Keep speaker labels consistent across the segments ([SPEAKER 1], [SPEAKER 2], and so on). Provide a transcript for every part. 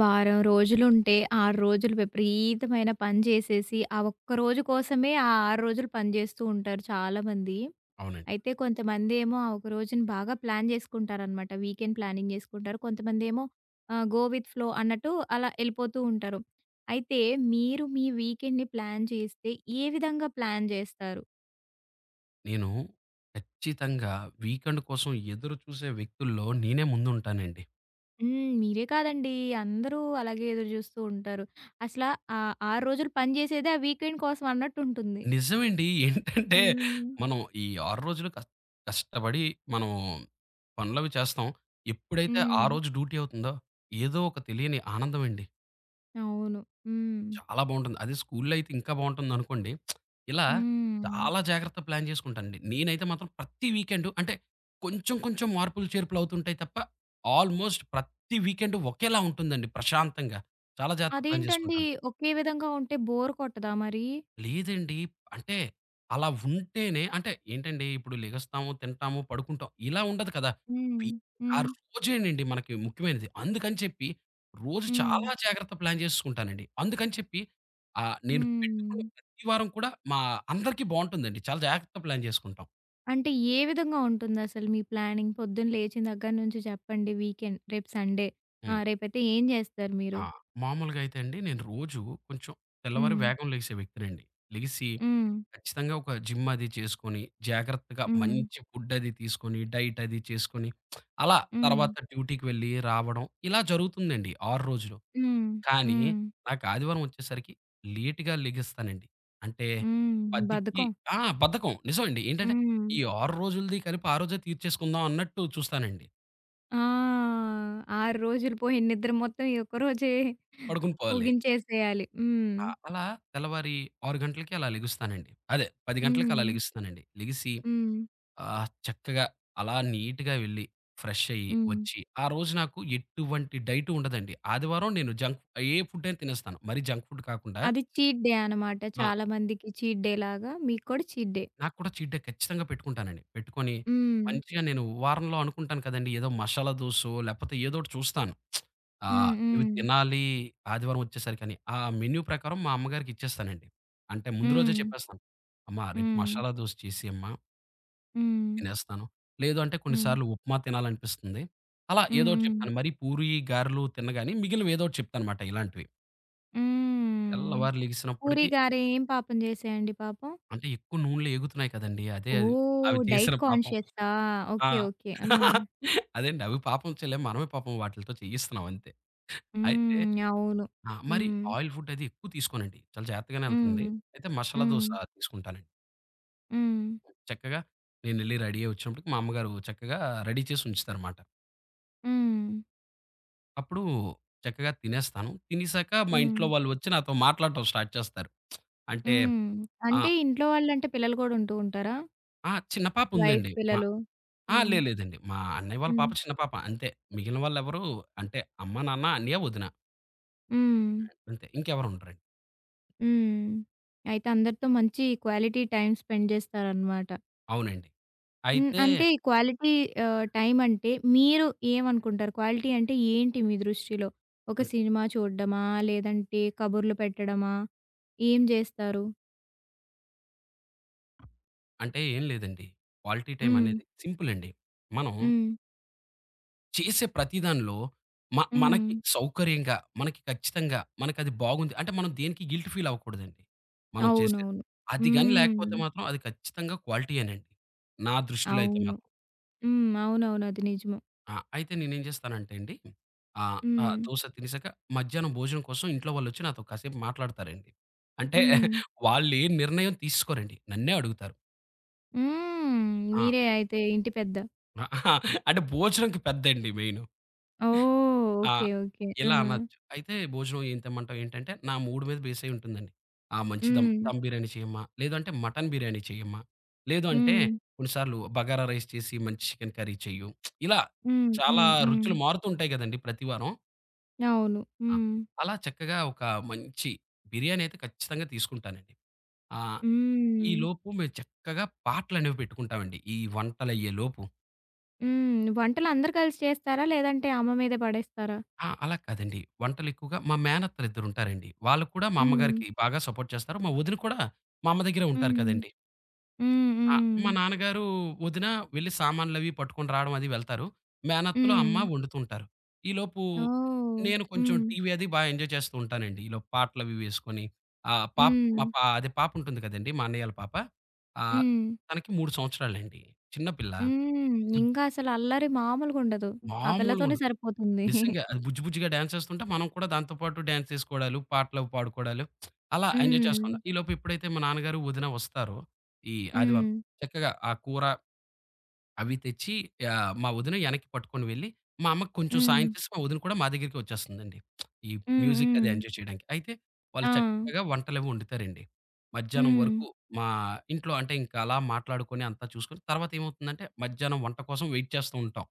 [SPEAKER 1] వారం రోజులుంటే, 6 రోజులు విపరీతమైన పని చేసేసి, ఆ ఒక్క రోజు కోసమే ఆ 6 రోజులు పని చేస్తూ ఉంటారు చాలామంది.
[SPEAKER 2] అవునండి.
[SPEAKER 1] అయితే కొంతమందేమో ఆ ఒక రోజుని బాగా ప్లాన్ చేసుకుంటారనమాట. వీకెండ్ ప్లానింగ్ చేసుకుంటారు. కొంతమందేమో గో విత్ ఫ్లో అన్నట్టు అలా ఎళ్ళిపోతూ ఉంటారు. అయితే మీరు మీ వీకెండ్‌ని ప్లాన్ చేస్తే ఏ విధంగా ప్లాన్ చేస్తారు?
[SPEAKER 2] నేను ఖచ్చితంగా వీకెండ్ కోసం ఎదురు చూసే వ్యక్తుల్లో నేనే ముందుంటానండి.
[SPEAKER 1] హ్మ్. మీరే కాదండి. అందరూ అలాగే ఎదురు చూస్తూ ఉంటారు. అసల ఆ 6 రోజులు పని చేసేదే ఆ వీకెండ్ కోసం అన్నట్టుంటుంది.
[SPEAKER 2] నిజమండి. ఏంటంటే
[SPEAKER 1] హ్మ్.
[SPEAKER 2] మనం ఈ 6 రోజులు కష్టపడి మనం పనులవి చేస్తాం. ఎప్పుడైతే ఆ
[SPEAKER 1] హ్మ్.
[SPEAKER 2] రోజు డ్యూటీ అవుతుందో ఏదో ఒక తెలియని ఆనందం అండి.
[SPEAKER 1] అవును. హ్మ్.
[SPEAKER 2] చాలా బావుంటుంది. అదే స్కూల్‌లో అయితే ఇంకా బావుంటుందనుకోండి. ఇలా
[SPEAKER 1] హ్మ్.
[SPEAKER 2] చాలా జాగ్రత్త ప్లాన్ చేసుకుంటానండి. నేనైతే మాత్రం ప్రతి వీకెండు అంటే కొంచెం కొంచెం మార్పులు చేర్పులు అవుతుంటాయి తప్ప ఆల్‌మోస్ట్ ప్రతి వీకెండ్ ఒకేలా ఉంటుందండి ప్రశాంతంగా. చాలా జాగ్రత్త ప్లాన్
[SPEAKER 1] అదేంటండి
[SPEAKER 2] చేసుకుంటాను.
[SPEAKER 1] ఒకే విధంగా ఉంటే బోర్ కొట్టదా మరి?
[SPEAKER 2] లేదండి. అంటే అలా ఉంటేనే అంటే ఏంటండి ఇప్పుడు లెగస్తాము, తింటాము, పడుకుంటాం. ఇలా ఉండదు కదా!
[SPEAKER 1] హ్మ్.
[SPEAKER 2] వి ఆ
[SPEAKER 1] హ్మ్.
[SPEAKER 2] రోజేనండి మనకి ముఖ్యమైనది. అందుకని చెప్పి రోజు
[SPEAKER 1] హ్మ్.
[SPEAKER 2] చాలా జాగ్రత్త ప్లాన్ చేసుకుంటానండి. అందుకని చెప్పి నేను పెట్టుకున్న
[SPEAKER 1] హ్మ్.
[SPEAKER 2] ప్రతి వారం కూడా మా అందరికీ బావుంటుందండి. చాలా జాగ్రత్త ప్లాన్ చేసుకుంటాం.
[SPEAKER 1] అంటే ఏ విధంగా ఉంటుందసలు మీ ప్లానింగ్? పొద్దున్న లేచిన దగ్గర నుంచి చెప్పండి వీకెండ్ రేపు సండే. ఆ!
[SPEAKER 2] హ్మ్.
[SPEAKER 1] రేపైతే ఏం చేస్తారు మీరు?
[SPEAKER 2] ఆ! మామూలుగా అయితే అండి నేను రోజు కొంచెం తెల్లవారి
[SPEAKER 1] హ్మ్.
[SPEAKER 2] వేగం లెగిసే వ్యక్తినండి. లెగిసి
[SPEAKER 1] హ్మ్.
[SPEAKER 2] ఖచ్చితంగా ఒక జిమ్ అది చేసుకొని, జాగ్రత్తగా
[SPEAKER 1] హ్మ్.
[SPEAKER 2] మంచి ఫుడ్ అది తీసుకొని, డైట్ అది చేసుకొని, అలా
[SPEAKER 1] హ్మ్.
[SPEAKER 2] తర్వాత డ్యూటీకి వెళ్ళి రావడం ఇలా జరుగుతుందండి 6 రోజులు.
[SPEAKER 1] హ్మ్.
[SPEAKER 2] కానీ
[SPEAKER 1] హ్మ్.
[SPEAKER 2] నాకు ఆదివారం వచ్చేసరికి లేట్‌గా లెగిస్తానండి. అంటే
[SPEAKER 1] హ్మ్.
[SPEAKER 2] 10కి
[SPEAKER 1] బద్ధకం.
[SPEAKER 2] బద్ధకం నిజమండి. ఏంటంటే
[SPEAKER 1] హ్మ్.
[SPEAKER 2] ఈ 6 రోజులది కలిపి ఆ రోజే తీర్చేసుకుందాం అన్నట్టు చూస్తానండి.
[SPEAKER 1] ఆ! 6 రోజులు పోయిన నిద్ర మొత్తం ఈ ఒక్కరోజే
[SPEAKER 2] పడుకుని పోవాలి.
[SPEAKER 1] ముగించేసేయాలి. హ్మ్.
[SPEAKER 2] అలా తెల్లవారి 6 గంటలకి అలా లెగుస్తానండి. అదే 10 గంటలకి అలా
[SPEAKER 1] హ్మ్.
[SPEAKER 2] లెగుస్తానండి. లెగిసి
[SPEAKER 1] హ్మ్.
[SPEAKER 2] ఆ! చక్కగా అలా నీట్‌గా వెళ్లి, ఫ్రెష్ అయ్యి,
[SPEAKER 1] హ్మ్.
[SPEAKER 2] వచ్చి ఆ రోజు నాకు ఎటువంటి డైట్ ఉండదండి. ఆదివారం నేను ఏ ఫుడ్ అయినా తినేస్తాను. మరి జంక్ ఫుడ్ కాకుండా
[SPEAKER 1] అది చీట్ డే అనమాట.
[SPEAKER 2] ఆ!
[SPEAKER 1] చాలా మందికి చీట్ డే లాగా మీకు కూడా చీట్ డే.
[SPEAKER 2] నాకు కూడా చీట్ డే ఖచ్చితంగా పెట్టుకుంటానండి. పెట్టుకొని
[SPEAKER 1] హ్మ్.
[SPEAKER 2] మంచిగా నేను వారంలో అనుకుంటాను కదండీ! ఏదో మసాలా దోసో లేకపోతే ఏదో ఒకటి చూస్తాను. ఆ!
[SPEAKER 1] హ్మ్.
[SPEAKER 2] ఇవి
[SPEAKER 1] హ్మ్.
[SPEAKER 2] తినాలి ఆదివారం వచ్చేసరికని. ఆ మెన్యూ ప్రకారం మా అమ్మగారికి ఇచ్చేస్తానండి. అంటే ముందు రోజే
[SPEAKER 1] హ్మ్.
[SPEAKER 2] చెప్పేస్తాను. అమ్మా రేపు
[SPEAKER 1] హ్మ్.
[SPEAKER 2] మసాలా దోస చేసేయమ్మా.
[SPEAKER 1] హ్మ్.
[SPEAKER 2] తినేస్తాను. లేదు అంటే కొన్ని
[SPEAKER 1] హ్మ్. హ్మ్.
[SPEAKER 2] సార్లు ఉప్మా తినాలనిపిస్తుంది. అలా ఏదోకటి
[SPEAKER 1] హ్మ్.
[SPEAKER 2] చెప్తాను. మరి పూరి, గారెలు తినగాని మిగిలినవి ఏదోకటి చెప్తానమాట ఇలాంటివి.
[SPEAKER 1] హ్మ్.
[SPEAKER 2] తెల్లవారి
[SPEAKER 1] పూరి
[SPEAKER 2] లెగిసినప్పటికి
[SPEAKER 1] గారు ఏం పాపం జేశాయండి పాపం?
[SPEAKER 2] అంటే ఎక్కువ నూనెలో ఏగుతున్నాయి కదండీ! అదే అది.
[SPEAKER 1] ఓహ్!
[SPEAKER 2] అవి చేసిన
[SPEAKER 1] డైట్
[SPEAKER 2] పాపం.
[SPEAKER 1] కాన్షియసా?
[SPEAKER 2] ఆ!
[SPEAKER 1] ఓకే. ఓకే. ఆ!
[SPEAKER 2] అదేండి. అవి పాపం చేయలేం. మనమే పాపం వాటిలతో చేయిస్తున్నాం అంతే. అయితే
[SPEAKER 1] హ్మ్. అవును.
[SPEAKER 2] మరి
[SPEAKER 1] హ్మ్.
[SPEAKER 2] ఆయిల్ ఫుడ్ అది ఎక్కువ తీసుకోనండి. చాలా జాగ్రత్తగానే
[SPEAKER 1] హ్మ్.
[SPEAKER 2] ఎళ్తుంది. అయితే మసాలా
[SPEAKER 1] హ్మ్.
[SPEAKER 2] దోస తీసుకుంటానండి.
[SPEAKER 1] హ్మ్.
[SPEAKER 2] చక్కగా నేనెళ్లి రెడీ అయ్యి వచ్చినప్పటికి మా అమ్మగారు చక్కగా రెడీ చేసి ఉంచుతారమాట.
[SPEAKER 1] హ్మ్.
[SPEAKER 2] అప్పుడు చక్కగా తినేస్తాను. తినేసాక మా
[SPEAKER 1] హ్మ్.
[SPEAKER 2] ఇంట్లో వాళ్ళు వచ్చి నాతో మాట్లాడటం స్టార్ట్ చేస్తారు. అంటే
[SPEAKER 1] హ్మ్. అంటే
[SPEAKER 2] ఆహ్,
[SPEAKER 1] ఇంట్లో వాళ్ళంటే పిల్లలు గూడా ఉంటూ ఉంటారా?
[SPEAKER 2] ఆ! చిన్న పాప
[SPEAKER 1] వయసు
[SPEAKER 2] ఉందండి. మా
[SPEAKER 1] పిల్లలు.
[SPEAKER 2] ఆ!
[SPEAKER 1] హ్మ్.
[SPEAKER 2] లే లేదండి. మా అన్నయ్య వాళ్ళ
[SPEAKER 1] హ్మ్.
[SPEAKER 2] పాప చిన్న పాప అంతే. మిగిలిన వాళ్ళెవరు అంటే అమ్మ, నాన్న, అన్నయ్య, వదిన
[SPEAKER 1] హ్మ్.
[SPEAKER 2] అంతే. ఇంకెవరు ఉండరండి.
[SPEAKER 1] హ్మ్. అయితే అందరితో మంచి క్వాలిటీ టైమ్ స్పెండ్ చేస్తారనమాట.
[SPEAKER 2] అవునండి.
[SPEAKER 1] హ్మ్.
[SPEAKER 2] అయితే
[SPEAKER 1] అంటే క్వాలిటీ టైమ్ అంటే మీరు ఏమనుకుంటారు? క్వాలిటీ అంటే ఏంటి మీ దృష్టిలో? ఒక
[SPEAKER 2] అం
[SPEAKER 1] సినిమా చూడ్డమా? లేదంటే కబుర్లు పెట్టడమా? ఏం జేస్తారు?
[SPEAKER 2] అంటే ఏం లేదండి. క్వాలిటీ టైమ్
[SPEAKER 1] హ్మ్.
[SPEAKER 2] అనేది సింపుల్ అండి. మనం
[SPEAKER 1] హ్మ్.
[SPEAKER 2] చేసే ప్రతి దానిలో
[SPEAKER 1] హ్మ్.
[SPEAKER 2] మనకి సౌకర్యంగా, మనకి ఖచ్చితంగా, మనకది బాగుంది అంటే మనం దేనికి గిల్ట్ ఫీల్ అవ్వకూడదండి. మనం చేసేది.
[SPEAKER 1] అవునవును.
[SPEAKER 2] అది గాని
[SPEAKER 1] హ్మ్.
[SPEAKER 2] లేకపోతే మాత్రం అది ఖచ్చితంగా క్వాలిటీయేనండి. నా దృష్టిలో అయితే
[SPEAKER 1] అవును.
[SPEAKER 2] మాత్రం.
[SPEAKER 1] హ్మ్. అవునవును. అది నిజము.
[SPEAKER 2] అయితే నేనేం చేస్తానంటే అండి ఆహ్, ఆహ్,
[SPEAKER 1] హ్మ్.
[SPEAKER 2] దోస తినేసాక మధ్యాహ్నం భోజనం కోసం ఇంట్లో వాళ్ళొచ్చి నాతో కాసేపు మాట్లాడతారండి. అంటే
[SPEAKER 1] హ్మ్.
[SPEAKER 2] వాళ్ళేం నిర్ణయం తీసుకోరండి. నన్నే అడుగుతారు.
[SPEAKER 1] హ్మ్.
[SPEAKER 2] ఆ!
[SPEAKER 1] మీరే అయితే ఇంటి పెద్ద.
[SPEAKER 2] ఆ, అంటే భోజనంకి పెద్దండి మెయిను.
[SPEAKER 1] ఓహ్!
[SPEAKER 2] ఆ!
[SPEAKER 1] ఓకే. ఓకే. ఆ!
[SPEAKER 2] ఇలా అనొచ్చు. అయితే భోజనం ఏం తెమ్మంటావు ఏంటంటే, నా మూడ్ మీద బేస్ అయ్యి ఉంటుందండి. మంచి దమ్
[SPEAKER 1] హ్మ్.
[SPEAKER 2] దమ్ బిర్యానీ చెయ్యమ్మా! లేదు అంటే మటన్ బిర్యానీ చెయ్యమ్మా! లేదు అంటే
[SPEAKER 1] హ్మ్.
[SPEAKER 2] కొన్ని సార్లు బగారా రైస్ చేసి మంచి చికెన్ కర్రీ చెయ్యు. ఇలా
[SPEAKER 1] హ్మ్.
[SPEAKER 2] చాలా
[SPEAKER 1] హ్మ్. హ్మ్.
[SPEAKER 2] రుచులు మారుతూ ఉంటాయి గదండీ ప్రతి వారం.
[SPEAKER 1] అవును.
[SPEAKER 2] ఆ!
[SPEAKER 1] హ్మ్.
[SPEAKER 2] అలా చక్కగా ఒక మంచి బిర్యానీ అయితే ఖచ్చితంగా తీసుకుంటానండి. ఆ!
[SPEAKER 1] హ్మ్.
[SPEAKER 2] ఈలోపు మేము చక్కగా పాటలనేవి పెట్టుకుంటామండి. ఈ వంటలయ్యేలోపు.
[SPEAKER 1] హ్మ్. వంటలు అందరూ కలిసి చేస్తారా? లేదంటే అమ్మ మీదే పడేస్తారా?
[SPEAKER 2] అలా కాదండి. వంటలెక్కువగా మా మేనత్తలిద్దరుంటారండి. వాళ్ళు కూడా మా
[SPEAKER 1] హ్మ్.
[SPEAKER 2] అమ్మగారికి బాగా సపోర్ట్ చేస్తారు. మా వదిన కూడా మా అమ్మ దగ్గరే ఉంటారు
[SPEAKER 1] హ్మ్.
[SPEAKER 2] కదండీ!
[SPEAKER 1] హ్మ్.
[SPEAKER 2] ఆ!
[SPEAKER 1] హ్మ్.
[SPEAKER 2] మా నాన్నగారు, వదిన వెళ్లి సామాన్లవి పట్టుకొని రావడం అది వెళ్తారు. మేనత్తలు, అమ్మ
[SPEAKER 1] హ్మ్.
[SPEAKER 2] వండుతుంటారు. ఈలోపు
[SPEAKER 1] ఓహ్!
[SPEAKER 2] నేను కొంచెం
[SPEAKER 1] హ్మ్.
[SPEAKER 2] టీవీ అది బా ఎంజాయ్ చేస్తూ ఉంటానండి. ఈలోపు పాటలవి వేసుకొని ఆహ్, పాప్
[SPEAKER 1] హ్మ్.
[SPEAKER 2] మా పా అదే పాపుంటుంది కదండీ! మా అన్నయ్యోళ్ళ పాప. ఆహ్,
[SPEAKER 1] హ్మ్.
[SPEAKER 2] తనకి 3 సంవత్సరాలండి. చిన్న పిల్ల.
[SPEAKER 1] హ్మ్.
[SPEAKER 2] బుద్
[SPEAKER 1] ఇంకా అసలు అల్లరి మామూలుగుండదు. ఆ పిల్లతోనే
[SPEAKER 2] మామూలుగుండదు.
[SPEAKER 1] సరిపోతుంది.
[SPEAKER 2] నిజంగా. అది బుజ్జి బుజ్జిగా డాన్స్ చేస్తుంటే, మనం కూడా దాంతో పాటు డాన్స్ చేసుకోవడాలు, పాటలవి పాడుకోవడాలు, అలా ఎంజాయ్
[SPEAKER 1] హ్మ్.
[SPEAKER 2] చేస్తున్నాం. ఈలోపు ఎప్పుడైతే మా నాన్నగారు, వదిన వస్తారో, ఈ ఆదివారం
[SPEAKER 1] హ్మ్.
[SPEAKER 2] చక్కగా ఆ కూర అవి తెచ్చి మా వదిన ఎనక్కి పట్టుకొని వెళ్ళి, మా అమ్మకి కొంచెం
[SPEAKER 1] హ్మ్.
[SPEAKER 2] సాయం చేసి, మా వదిన కూడా మా దగ్గరికి వచ్చేస్తుందండి. ఈ
[SPEAKER 1] హ్మ్.
[SPEAKER 2] మ్యూజిక్ అది
[SPEAKER 1] హ్మ్.
[SPEAKER 2] ఎంజాయ్ చేయడానికి. అయితే
[SPEAKER 1] ఆ!
[SPEAKER 2] వాళ్ళు చక్కగా వంటలవి వండుతారండి. మధ్యాహ్నం
[SPEAKER 1] హ్మ్.
[SPEAKER 2] వరకు మా ఇంట్లో అంటే, ఇంకా అలా మాట్లాడుకొని, అంతా చూసుకొని తర్వాత ఏమవుతుందంటే, మధ్యాహ్నం వంట కోసం వెయిట్ చేస్తూ ఉంటాం.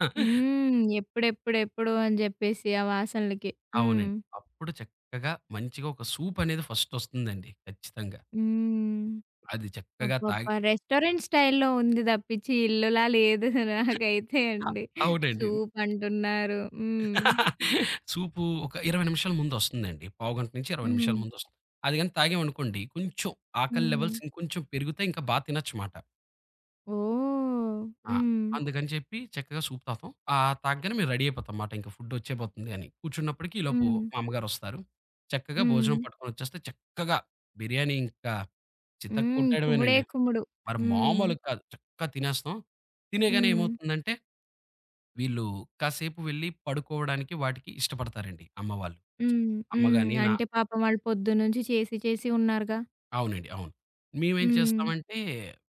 [SPEAKER 1] హ్మ్. ఎప్పుడెప్పుడెప్పుడు అని జెప్పేసి ఆ వాసనలకి. హ్మ్.
[SPEAKER 2] అవునండి. అప్పుడు చక్కగా మంచిగా ఒక సూప్ అనేది ఫస్ట్ ఒస్తుందండి ఖచ్చితంగా.
[SPEAKER 1] హ్మ్.
[SPEAKER 2] అది చక్కగా తాగి
[SPEAKER 1] అబ్బబ్బా! రెస్టారెంట్ స్టైల్‌లో ఉంది తప్పించి ఇల్లులా లేదు నాకైతే
[SPEAKER 2] అ
[SPEAKER 1] అండి.
[SPEAKER 2] అవునండి.
[SPEAKER 1] సూప్ అంటున్నారు. హ్మ్.
[SPEAKER 2] సూపు ఒక 20 నిమిషాల ముందొస్తుందండి. పావుగంట నుంచి 20
[SPEAKER 1] హ్మ్.
[SPEAKER 2] నిమిషాల ముందొస్తుంది. అది గాని తాగామనుకోండి కొంచెం ఆకలి
[SPEAKER 1] హ్మ్.
[SPEAKER 2] లెవెల్స్ ఇంకొంచెం పెరిగితే ఇంకా బా తినొచ్చుమాట.
[SPEAKER 1] ఓహ్!
[SPEAKER 2] ఆ!
[SPEAKER 1] హ్మ్.
[SPEAKER 2] అందుకని చెప్పి చక్కగా సూప్ తాగుతాం. తాగగానే మేము రెడీ అయిపోతాంమాట. ఇంక ఫుడొచ్చేపోతుంది అని. కూర్చున్నప్పటికి ఈలోపు
[SPEAKER 1] హ్మ్.
[SPEAKER 2] మా అమ్మగారొస్తారు. చక్కగా
[SPEAKER 1] హ్మ్.
[SPEAKER 2] భోజనం పట్టుకొనొచ్చేస్తే చక్కగా బిర్యానీ ఇంకా
[SPEAKER 1] హ్మ్. కుమ్ముడే
[SPEAKER 2] చితక్కొట్టేయడమేనండి.
[SPEAKER 1] కుమ్ముడు.
[SPEAKER 2] మరి
[SPEAKER 1] హ్మ్.
[SPEAKER 2] మామూలుగా కాదు. చక్కగా తినేస్తాం. తినేయగానే
[SPEAKER 1] హ్మ్.
[SPEAKER 2] ఏమవుతుందంటే, వీళ్ళు కాసేపు వెళ్లి పడుకోవడానికి వాటికి ఇష్టపడతారండి అమ్మ వాళ్ళు.
[SPEAKER 1] హ్మ్.
[SPEAKER 2] అమ్మ
[SPEAKER 1] హ్మ్.
[SPEAKER 2] గాని నా
[SPEAKER 1] అంటే పాపం వాళ్ళు పొద్దున్నుంచి చేసి చేసి ఉన్నారుగా.
[SPEAKER 2] అవునండి. అవును. మేమేం
[SPEAKER 1] హ్మ్.
[SPEAKER 2] చేస్తామంటే,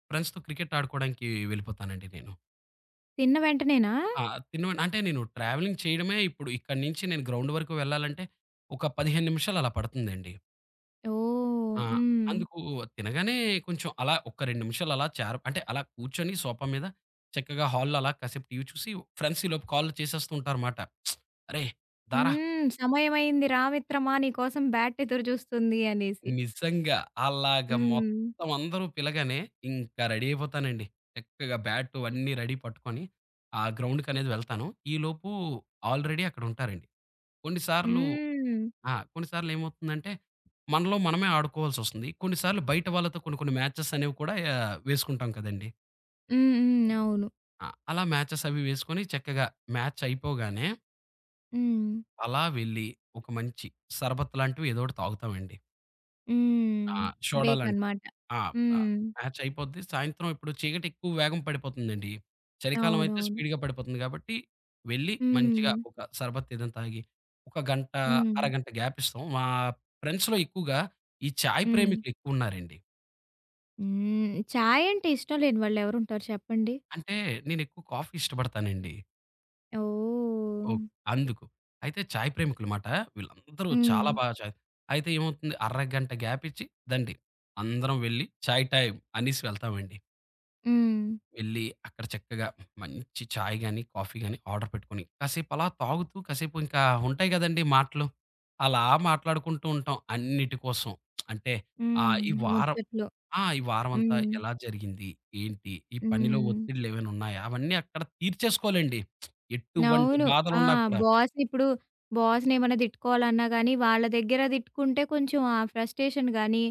[SPEAKER 2] ఫ్రెండ్స్‌తో క్రికెట్ ఆడుకోవడానికి వెళ్ళిపోతానండి నేను.
[SPEAKER 1] తిన్న వెంటనేనా?
[SPEAKER 2] ఆ! తినవండి అంటే నేను ట్రావెలింగ్ చేయడమే ఇప్పుడు ఇక్కడి నుంచి నేను గ్రౌండ్ వరకు వెళ్ళాలంటే, ఒక 15 నిమిషాలు అలా పడుతుందండి.
[SPEAKER 1] ఓహ్!
[SPEAKER 2] ఆ!
[SPEAKER 1] హ్మ్.
[SPEAKER 2] అందుకు తినగానే కొంచెం అలా ఒక 2 నిమిషాలు అలా చారు అంటే అలా కూర్చొని సోఫా మీద చక్కగా హాల్‌లో అలా కాసేపు టీవీ చూసి ఫ్రెండ్స్ ఈలోపు కాల్లు చేసేస్తూ ఉంటారుమాట. "అరేయ్! దారా"
[SPEAKER 1] హ్మ్. సమయమైంది రా మిత్రమా నీ కోసం బ్యాట్ ఎదురు చూస్తుంది అనేసి.
[SPEAKER 2] నిజంగా అలాగ
[SPEAKER 1] హ్మ్.
[SPEAKER 2] మొత్తం అందరూ పిలగానే ఇంకా రెడీ అయిపోతానండి. చక్కగా బ్యాటు అన్నీ రెడీ పట్టుకొని ఆ గ్రౌండ్‌కనేది వెళ్తాను. ఈలోపు ఆల్రెడీ అక్కడుంటారండి. కొన్నిసార్లు
[SPEAKER 1] హ్మ్.
[SPEAKER 2] కొన్నిసార్లు ఏమవుతుందంటే మనలో మనమే ఆడుకోవాల్సొస్తుంది. కొన్నిసార్లు బయట వాళ్ళతో కొన్ని కొన్ని మ్యాచెస్ అనేవి కూడా వేసుకుంటాం కదండీ!
[SPEAKER 1] హ్మ్. హ్మ్. అవును.
[SPEAKER 2] అలా మ్యాచెస్ అవి వేసుకొని చక్కగా మ్యాచ్ అయిపోగానే
[SPEAKER 1] హ్మ్.
[SPEAKER 2] అలా వెళ్ళి ఒక మంచి షర్బత్ లాంటివి ఏదో ఒకటి తాగుతామండి.
[SPEAKER 1] హ్మ్.
[SPEAKER 2] ఆ! సోడా
[SPEAKER 1] బ్రేక్
[SPEAKER 2] లాంటివి.
[SPEAKER 1] అన్నమాట.
[SPEAKER 2] ఆ! ఆ!
[SPEAKER 1] హ్మ్.
[SPEAKER 2] మ్యాచ్ అయిపోద్ది. సాయంత్రం ఇప్పుడు చీకటి ఎక్కువ వేగం పడిపోతుందండి. చలికాలం అయితే
[SPEAKER 1] అవునవును.
[SPEAKER 2] స్పీడ్‌గా పడిపోతుంది కాబట్టి వెళ్ళి మంచిగా
[SPEAKER 1] హ్మ్.
[SPEAKER 2] ఒక షర్బత్ ఏదైనా తాగి ఒక గంట,
[SPEAKER 1] హ్మ్.
[SPEAKER 2] అరగంట గ్యాప్ ఇస్తాం. మా ఫ్రెండ్స్‌లో ఎక్కువగా ఈ చాయ్
[SPEAKER 1] హ్మ్.
[SPEAKER 2] ప్రేమికులు ఎక్కువ ఉన్నారండి.
[SPEAKER 1] హ్మ్. చాయ్ అంటే ఇష్టం లేని వాళ్ళు ఎవరుంటారు చెప్పండి?
[SPEAKER 2] అంటే నేను ఎక్కువ కాఫీ ఇష్టపడతానండి.
[SPEAKER 1] ఓహ్!
[SPEAKER 2] ఓహ్! అందుకు. అయితే చాయ్ ప్రేమికులమాట. వీళ్ళందరూ
[SPEAKER 1] హ్మ్.
[SPEAKER 2] చాలా బాగా చాయ్ అయితే ఏమవుతుంది అరగంట గ్యాప్ ఇచ్చి దండి. అందరం వెళ్లి చాయ్ టైమ్ అనేసి వెళ్తామండి.
[SPEAKER 1] హ్మ్.
[SPEAKER 2] వెళ్లి అక్కడ చక్కగా మంచి చాయ్ గాని, కాఫీ గాని ఆర్డర్ పెట్టుకొని కాసేపు అలా తాగుతూ కాసేపు ఇంకా ఉంటాయి గదండీ మాటలు. అలా మాట్లాడుకుంటూ ఉంటాం అన్నిటి కోసం. అంటే
[SPEAKER 1] హ్మ్.
[SPEAKER 2] ఈ వారం
[SPEAKER 1] ముచ్చట్లు.
[SPEAKER 2] ఈ వారమంతా
[SPEAKER 1] హ్మ్.
[SPEAKER 2] ఎలా జరిగింది? ఏంటి? ఈ పనిలో
[SPEAKER 1] హ్మ్.
[SPEAKER 2] ఒత్తిడిలేమైనా ఉన్నాయా? అవన్నీ అక్కడ తీర్చేసుకోవాలండి. ఎటువంటి
[SPEAKER 1] అవును. ఆ!
[SPEAKER 2] బాధలున్నా కూడా.
[SPEAKER 1] బాస్ ఇప్పుడు బాస్‌నేమన్నా తిట్టుకోవాలన్నా గానీ, వాళ్ళ దగ్గర తిట్టుకుంటే కొంచెం ఆ ఫ్రస్ట్రేషన్ గానీ,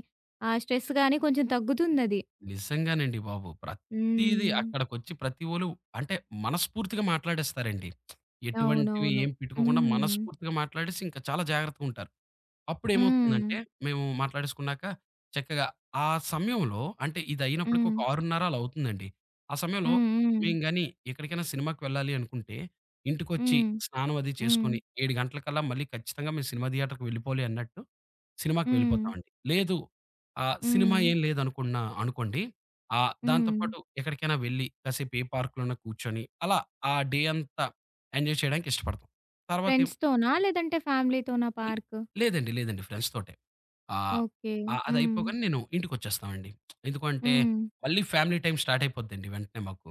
[SPEAKER 1] ఆ స్ట్రెస్ గానీ కొంచెం తగ్గుతుందది.
[SPEAKER 2] నిజంగానండి బాబు. ప్రతీదీ
[SPEAKER 1] హ్మ్.
[SPEAKER 2] అక్కడికొచ్చి ప్రతి ఒలు అంటే మనస్ఫూర్తిగా మాట్లాడేస్తారండి. ఎటువంటివి
[SPEAKER 1] అవునవును.
[SPEAKER 2] ఏం పెట్టుకోకుండా
[SPEAKER 1] హ్మ్.
[SPEAKER 2] మనస్ఫూర్తిగా మాట్లాడేసి ఇంకా చాలా జాగ్రత్తగుంటారు.
[SPEAKER 1] హ్మ్.
[SPEAKER 2] అప్పుడేమవుతుందంటే, మేము మాట్లాడేసుకున్నాక చక్కగా ఆ సమయంలో అంటే ఇదయినప్పటికి
[SPEAKER 1] హ్మ్.
[SPEAKER 2] ఒక 6:30 అలా అవుతుందండి. ఆ సమయంలో
[SPEAKER 1] హ్మ్. హ్మ్.
[SPEAKER 2] మేము గాని ఎక్కడికైనా సినిమాకి వెళ్ళాలి అనుకుంటే, ఇంటికొచ్చి
[SPEAKER 1] హ్మ్.
[SPEAKER 2] స్నానం అది
[SPEAKER 1] హ్మ్.
[SPEAKER 2] చేసుకొని 7 గంటలకల్లా మళ్ళీ ఖచ్చితంగా మేము సినిమా థియేటర్‌కి వెళ్ళిపోవాలి అన్నట్టు సినిమాకి
[SPEAKER 1] హ్మ్.
[SPEAKER 2] వెళ్ళిపోతామండి. లేదు సినిమా
[SPEAKER 1] హ్మ్.
[SPEAKER 2] ఏం లేదనుకున్నా అనుకోండి, దాంతో
[SPEAKER 1] హ్మ్.
[SPEAKER 2] పాటు ఎక్కడికైనా వెళ్ళి కాసేపు ఏ పార్క్‌లోనా కూర్చొని అలా ఆ డే అంతా ఎంజాయ్ చేయడానికి ఇష్టపడతాం. తర్వాత
[SPEAKER 1] ఫ్రెండ్స్‌తోనా? లేదంటే ఫ్యామిలీతోనా
[SPEAKER 2] లే
[SPEAKER 1] పార్కు?
[SPEAKER 2] లేదండి. లేదండి. ఫ్రెండ్స్ తోటే. ఆహ్,
[SPEAKER 1] ఓకే.
[SPEAKER 2] ఆహ్,
[SPEAKER 1] హ్మ్.
[SPEAKER 2] అదయిపోగానే నేను ఇంటికొచ్చేస్తామండి. ఎందుకంటే
[SPEAKER 1] హ్మ్.
[SPEAKER 2] మళ్ళీ ఫ్యామిలీ టైమ్ స్టార్ట్ అయిపోద్దండి వెంటనే మాకు.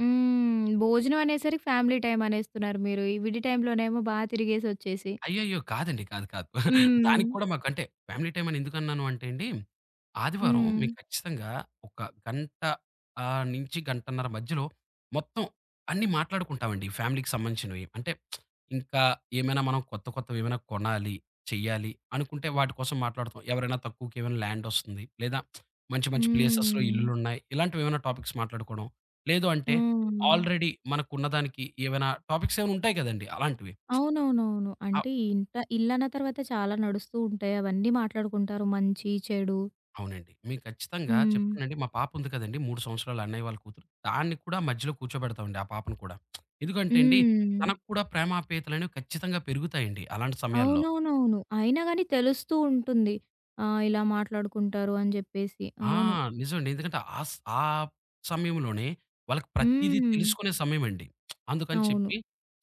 [SPEAKER 1] హ్మ్. భోజనం అనేసరికి ఫ్యామిలీ టైమ్ అనేస్తున్నారు మీరు. ఈ విడి టైమ్‌లోనేమో బా తిరిగేసొచ్చేసి.
[SPEAKER 2] అయ్యయ్యో! కాదండి. కాదు. కాదు.
[SPEAKER 1] హ్మ్.
[SPEAKER 2] దానికి కూడా మాకంటే ఫ్యామిలీ టైమ్ అని ఎందుకన్నాను అంటే అండి, ఆదివారం
[SPEAKER 1] హ్మ్.
[SPEAKER 2] మీకు ఖచ్చితంగా ఒక గంట నుంచి గంటన్నర మధ్యలో మొత్తం అన్నీ మాట్లాడుకుంటామండి ఫ్యామిలీకి సంబంధించినవి. అంటే ఇంకా ఏమైనా మనం కొత్త కొత్తవేమైనా కొనాలి, చెయ్యాలి అనుకుంటే వాటి కోసం మాట్లాడుతాం. ఎవరైనా తక్కువకి ఏమైనా ల్యాండ్ ఒస్తుంది. లేదా మంచి మంచి ప్లేసెస్‌లో
[SPEAKER 1] హ్మ్.
[SPEAKER 2] ఇల్లులున్నాయి. ఇలాంటివేమైనా టాపిక్స్ మాట్లాడుకోవడం. లేదు అంటే
[SPEAKER 1] హ్మ్.
[SPEAKER 2] ఆల్రెడీ మనకున్నదానికి ఏవైనా టాపిక్స్ ఏమైనా ఉంటాయి కదండీ! అలాంటివి.
[SPEAKER 1] అవునవునవును.
[SPEAKER 2] ఆ
[SPEAKER 1] అంటే ఇల్లన్న తర్వాత చాలా నడుస్తూ ఉంటాయి. అవన్నీ మాట్లాడుకుంటారు. మంచి, చెడు.
[SPEAKER 2] అవునండి. మీకు ఖచ్చితంగా
[SPEAKER 1] హ్మ్.
[SPEAKER 2] చెప్తానండి. మా పాప ఉంది కదండీ! 3 సంవత్సరాలు అన్నయ్య వాళ్ళ కూతురు. దాన్ని కూడా మధ్యలో కూర్చోబెడతామండి ఆ పాపను కూడా. ఎందుకంటే అండి,
[SPEAKER 1] హ్మ్.
[SPEAKER 2] తనకు కూడా ప్రేమాప్యాయతలనేవి ఖచ్చితంగా పెరుగుతాయండి అలాంటి సమయాల్లో.
[SPEAKER 1] అవునవునవును. అయినా గాని తెలుస్తూ ఉంటుంది. ఆ! ఇలా మాట్లాడుకుంటారు అని జెప్పేసి.
[SPEAKER 2] ఆ!
[SPEAKER 1] అవును.
[SPEAKER 2] నిజమండి. ఎందుకంటే ఆ సమయంలోనే వాళ్ళకి ప్రతీదీ
[SPEAKER 1] హ్మ్.
[SPEAKER 2] తెలుసుకునే సమయమండి. అందుకని
[SPEAKER 1] అవును.
[SPEAKER 2] చెప్పి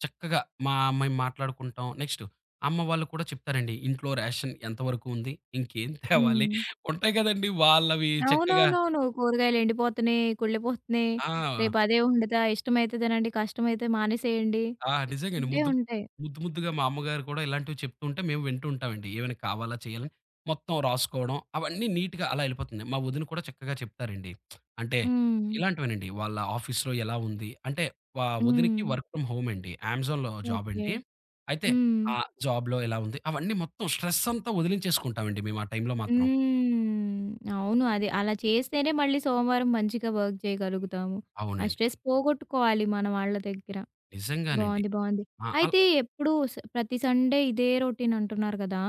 [SPEAKER 2] చక్కగా మా మేము మాట్లాడుకుంటాం. నెక్స్ట్ అమ్మ వాళ్ళు కూడా చెప్తారండి. ఇంట్లో రేషన్ ఎంతవరకు ఉంది? ఇంకేం తేవాలి?
[SPEAKER 1] హ్మ్.
[SPEAKER 2] ఉంటాయి కదండీ! వాళ్ళవి చక్కగా
[SPEAKER 1] అవునవునవును. కూరగాయలు ఎండిపోతున్నాయి, కుళ్ళిపోతున్నాయి.
[SPEAKER 2] ఆ!
[SPEAKER 1] రేపు అదే వండుతా. ఇష్టమైతే తినండి, కష్టమైతే మానేసేయండి.
[SPEAKER 2] ఆ! నిజంగానే.
[SPEAKER 1] ఉంటే ఉంటాయి.
[SPEAKER 2] ముద్దు ముద్దుగా మా అమ్మగారు కూడా ఇలాంటివి చెప్తూ ఉంటే మేము వింటూ ఉంటామండి. ఏమైనా కావాలా? చేయాలని మొత్తం రాసుకోవడం అవన్నీ నీట్‌గా అలా ఎళ్ళిపోతుంది. మా వదిన కూడా చక్కగా చెప్తారండి. అంటే
[SPEAKER 1] హ్మ్.
[SPEAKER 2] ఇలాంటివేనండి. వాళ్ళ ఆఫీస్‌లో ఎలా ఉంది? అంటే
[SPEAKER 1] హ్మ్.
[SPEAKER 2] వదినకి వర్క్ ఫ్రమ్ హోమ్ అండి. అమెజాన్‌లో జాబ్
[SPEAKER 1] ఓకే.
[SPEAKER 2] అండి. అయితే
[SPEAKER 1] హ్మ్.
[SPEAKER 2] ఆ జాబ్‌లో ఎలా ఉంది? అవన్నీ మొత్తం స్ట్రెస్ అంతా వదిలించేసుకుంటామండి మేము ఆ టైంలో మాత్రం.
[SPEAKER 1] హ్మ్. అవును. అది అలా చేస్తేనే మళ్ళీ సోమవారం మంచిగా వర్క్ చేయగలుగుతాము. ఆ
[SPEAKER 2] అవునండి.
[SPEAKER 1] స్ట్రెస్ పోగొట్టుకోవాలి మన వాళ్ళ దగ్గర.
[SPEAKER 2] నిజంగానండి.
[SPEAKER 1] బావుంది. బావుంది.
[SPEAKER 2] ఆ! అల్
[SPEAKER 1] అయితే ఎప్పుడు ప్రతి సండే ఇదే రొటీన్ అంటున్నారు కదా!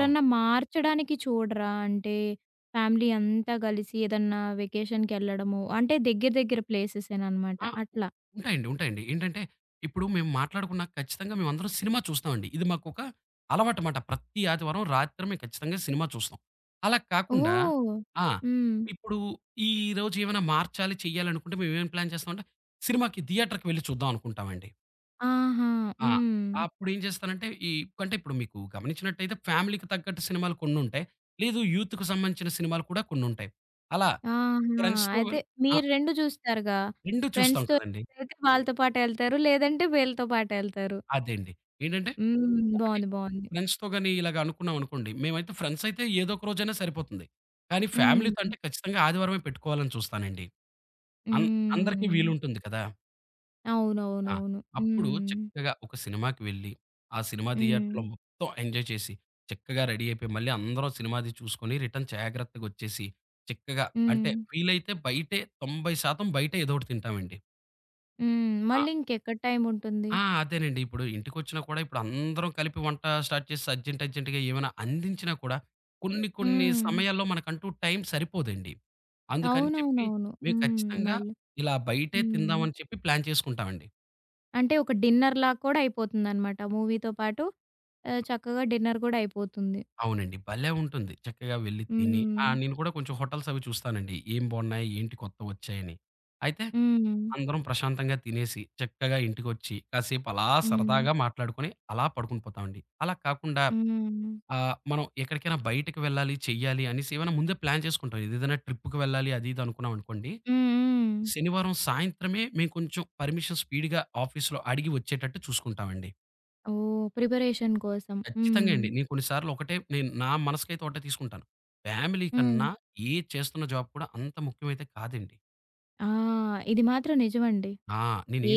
[SPEAKER 2] అవును.
[SPEAKER 1] మార్చడానికి చూడరా? అంటే ఫ్యామిలీ అంతా కలిసి ఏదన్నా వెకేషన్‌కెళ్ళడము అంటే దగ్గర దగ్గర ప్లేసెసేననమాట
[SPEAKER 2] ఆ!
[SPEAKER 1] అట్లా.
[SPEAKER 2] ఉంటాయండి. ఉంటాయండి. ఏంటంటే, ఇప్పుడు మేము మాట్లాడుకున్నాక ఖచ్చితంగా మేమందరం సినిమా చూస్తామండి. ఇది మాకొక అలవాటమాట. ప్రతి ఆదివారం రాత్రి మేము ఖచ్చితంగా సినిమా చూస్తాం. అలా కాకుండా
[SPEAKER 1] ఓహ్!
[SPEAKER 2] ఆ!
[SPEAKER 1] హ్మ్.
[SPEAKER 2] ఇప్పుడు ఈరోజు ఏమైనా మార్చాలి, చేయాలనుకుంటే మేమేం ప్లాన్ చేస్తామంటే, సినిమాకి థియేటర్‌కి వెళ్లి చూద్దాం అనుకుంటామండి.
[SPEAKER 1] ఆహా!
[SPEAKER 2] ఆ!
[SPEAKER 1] హ్మ్.
[SPEAKER 2] అప్పుడేం చేస్తానంటే, అంటే ఇప్పుడు మీకు గమనించినట్టయితే ఫ్యామిలీకి తగ్గట్టు సినిమాలు కొన్నుంటాయి. లేదు యూత్‌కి సంబంధించిన సినిమాలు కూడా కొన్నుంటాయి. అలా
[SPEAKER 1] ఆహా!
[SPEAKER 2] ఫ్రెండ్స్‌తో
[SPEAKER 1] అయితే
[SPEAKER 2] వెళ్ ఆ!
[SPEAKER 1] మీరు 2 చూస్తారుగా.
[SPEAKER 2] 2 చూస్తాం
[SPEAKER 1] ఫ్రెండ్స్‌తో
[SPEAKER 2] కదండీ.
[SPEAKER 1] అయితే వాళ్ళతో పాటెళ్తారు. లేదంటే వీళ్ళతో పాటెళ్తారు.
[SPEAKER 2] అదే అండి. ఏంటంటే
[SPEAKER 1] హ్మ్.
[SPEAKER 2] ఒకటి
[SPEAKER 1] బావుంది. బావుంది.
[SPEAKER 2] ఫ్రెండ్స్‌తో గాని ఇలాగ అనుకున్నామనుకోండి. మేమైతే ఫ్రెండ్స్ అయితే ఏదో ఒక రోజైనా సరిపోతుంది. కానీ ఫ్యామిలీతో
[SPEAKER 1] హ్మ్.
[SPEAKER 2] అంటే ఖచ్చితంగా ఆదివారమే పెట్టుకోవాలని చూస్తానండి. అన్ అందరికీ
[SPEAKER 1] హ్మ్.
[SPEAKER 2] వీలుంటుంది కదా! ఆ!
[SPEAKER 1] అవునవునవును.
[SPEAKER 2] అప్పుడు
[SPEAKER 1] హ్మ్.
[SPEAKER 2] చక్కగా ఒక సినిమాకి వెళ్ళి, ఆ సినిమా
[SPEAKER 1] హ్మ్.
[SPEAKER 2] థియేటర్‌లో మొత్తం ఎంజాయ్ చేసి, చక్కగా రెడీ అయిపోయి, మళ్ళీ అందరం సినిమాది చూసుకొని రిటర్న్ జాగ్రత్తగొచ్చేసి, చక్కగా అంటే
[SPEAKER 1] హ్మ్.
[SPEAKER 2] వీలైతే బయటే 90% బయటే ఏదో ఒకటి తింటామండి.
[SPEAKER 1] హ్మ్. మళ్ళీ ఇంకెక్కడ టైముంటుంది?
[SPEAKER 2] అదేనండి. ఇప్పుడు ఇంటికొచ్చినా కూడా ఇప్పుడు అందరం కలిపి వంట స్టార్ట్ చేసి అర్జెంట్ అర్జెంట్‌గా ఏమైనా అందించినా కూడా కొన్ని కొన్ని
[SPEAKER 1] హ్మ్.
[SPEAKER 2] సమయాల్లో మనకంటూ టైం సరిపోదండి. అందుకని చెప్పి
[SPEAKER 1] అవునవునవును.
[SPEAKER 2] మేము
[SPEAKER 1] హ్మ్.
[SPEAKER 2] ఖచ్చితంగా
[SPEAKER 1] మళ్ళీ.
[SPEAKER 2] ఇలా బయటే
[SPEAKER 1] హ్మ్.
[SPEAKER 2] తిందామని చెప్పి ప్లాన్ చేసుకుంటామండి.
[SPEAKER 1] అంటే ఒక డిన్నర్‌లా కూడా అయిపోతుందనమాట. మూవీతో పాటు చక్కగా డిన్నర్ కూడా అయిపోతుంది.
[SPEAKER 2] అవునండి. భలే ఉంటుంది. చక్కగా వెళ్లి తిని
[SPEAKER 1] హ్మ్.
[SPEAKER 2] నేను కూడా కొంచెం హోటల్స్ అవి చూస్తానండి. ఏం బాగున్నాయి? ఏంటి కొత్తవొచ్చాయని? అయితే
[SPEAKER 1] హ్మ్.
[SPEAKER 2] అందరం ప్రశాంతంగా తినేసి చక్కగా ఇంటికొచ్చి కాసేపు అలా
[SPEAKER 1] హ్మ్.
[SPEAKER 2] సరదాగా మాట్లాడుకొని అలా పడుకొని పోతామండి. అలా కాకుండా
[SPEAKER 1] హ్మ్.
[SPEAKER 2] మనం ఎక్కడికైనా బయటకి వెళ్ళాలి, చెయ్యాలి అనేసి ఏమైనా ముందే ప్లాన్ చేసుకుంటాం. ఇది ఏదైనా ట్రిప్‌కి వెళ్ళాలి అది ఇది అనుకున్నామనుకోండి.
[SPEAKER 1] హ్మ్. హ్మ్.
[SPEAKER 2] శనివారం సాయంత్రమే మేము కొంచెం పర్మిషన్ స్పీడ్‌గా ఆఫీస్‌లో అడిగి వచ్చేటట్టు చూసుకుంటామండి.
[SPEAKER 1] ఓహ్! ప్రిపరేషన్ కోసం. హ్మ్.
[SPEAKER 2] ఖచ్చితంగా అండి. నేను కొన్ని సార్లు ఒకటే నేను నా మనసుకైతే ఒకటే తీసుకుంటాను. ఫ్యామిలీ
[SPEAKER 1] హ్మ్.
[SPEAKER 2] కన్నా ఏ చేస్తున్న జాబ్ కూడా అంత ముఖ్యమైతే కాదండి.
[SPEAKER 1] ఆ! ఇది మాత్రం నిజమండి.
[SPEAKER 2] ఆ!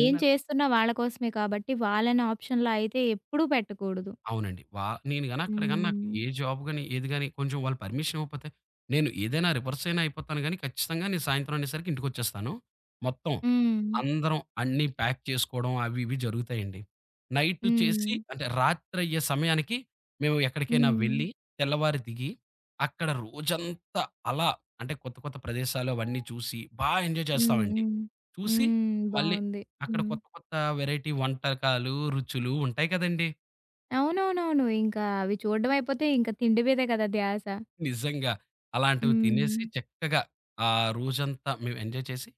[SPEAKER 1] ఏం చేస్తున్నా వాళ్ళ కోసమే కాబట్టి వాళ్ళని ఆప్షన్‌లో అయితే ఎప్పుడూ పెట్టకూడదు.
[SPEAKER 2] అవునండి. నేను గాని అక్కడ గాని నాకు
[SPEAKER 1] హ్మ్.
[SPEAKER 2] ఏ జాబ్ గాని, ఏది గాని కొంచెం వాళ్ళు పర్మిషన్ ఇవ్వకపోతే నేను ఏదైనా రివర్స్ అయినా అయిపోతాను గాని ఖచ్చితంగా నేను సాయంత్రం అనేసరికి ఇంటికొచ్చేస్తాను. మొత్తం
[SPEAKER 1] హ్మ్.
[SPEAKER 2] అందరం అన్నీ ప్యాక్ చేసుకోవడం అవి ఇవి జరుగుతాయండి. నైట్
[SPEAKER 1] హ్మ్.
[SPEAKER 2] చేసి అంటే రాత్రయ్యే సమయానికి మేము ఎక్కడికైనా
[SPEAKER 1] హ్మ్.
[SPEAKER 2] వెళ్ళి తెల్లవారి దిగి అక్కడ రోజంతా అలా అంటే కొత్త కొత్త ప్రదేశాలు అవన్నీ చూసి బా ఎంజాయ్
[SPEAKER 1] హ్మ్.
[SPEAKER 2] చేస్తామండి.
[SPEAKER 1] హ్మ్.
[SPEAKER 2] చూసి
[SPEAKER 1] హ్మ్.
[SPEAKER 2] మళ్ళీ
[SPEAKER 1] బావుంది.
[SPEAKER 2] అక్కడ
[SPEAKER 1] హ్మ్.
[SPEAKER 2] కొత్త కొత్త వేరైటీ వంటకాలు, రుచులు ఉంటాయి కదండీ!
[SPEAKER 1] అవునవునవును. ఇంకా అవి చూడడం అయిపోతే ఇంకా తిండి మీదే కదా ధ్యాస.
[SPEAKER 2] నిజంగా. అలాంటివి తినేసి
[SPEAKER 1] హ్మ్.
[SPEAKER 2] చక్కగా ఆ రోజంతా మేము ఎంజాయ్ చేసి,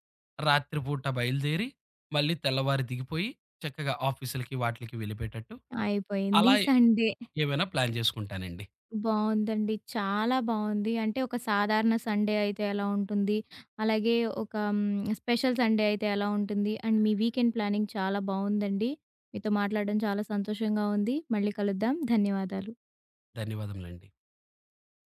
[SPEAKER 2] రాత్రిపూట బయలుదేరి, మళ్ళీ తెల్లవారి దిగిపోయి, చక్కగా ఆఫీసులకి వాటిలకి వెళ్ళిపోయేటట్టు
[SPEAKER 1] అయిపోయింది
[SPEAKER 2] అలా
[SPEAKER 1] సండే.
[SPEAKER 2] ఏమైనా ప్లాన్ చేసుకుంటానండి.
[SPEAKER 1] బావుందండి. చాలా బావుంది. అంటే ఒక సాధారణ సండే అయితే ఎలా ఉంటుంది? అలాగే ఒక స్పెషల్ సండే అయితే ఎలా ఉంటుంది? అండ్ మీ వీకెండ్ ప్లానింగ్ చాలా బావుందండి. మీతో మాట్లాడడం చాలా సంతోషంగా ఉంది. మళ్ళీ కలుద్దాం. ధన్యవాదాలు.
[SPEAKER 2] ధన్యవాదములండి.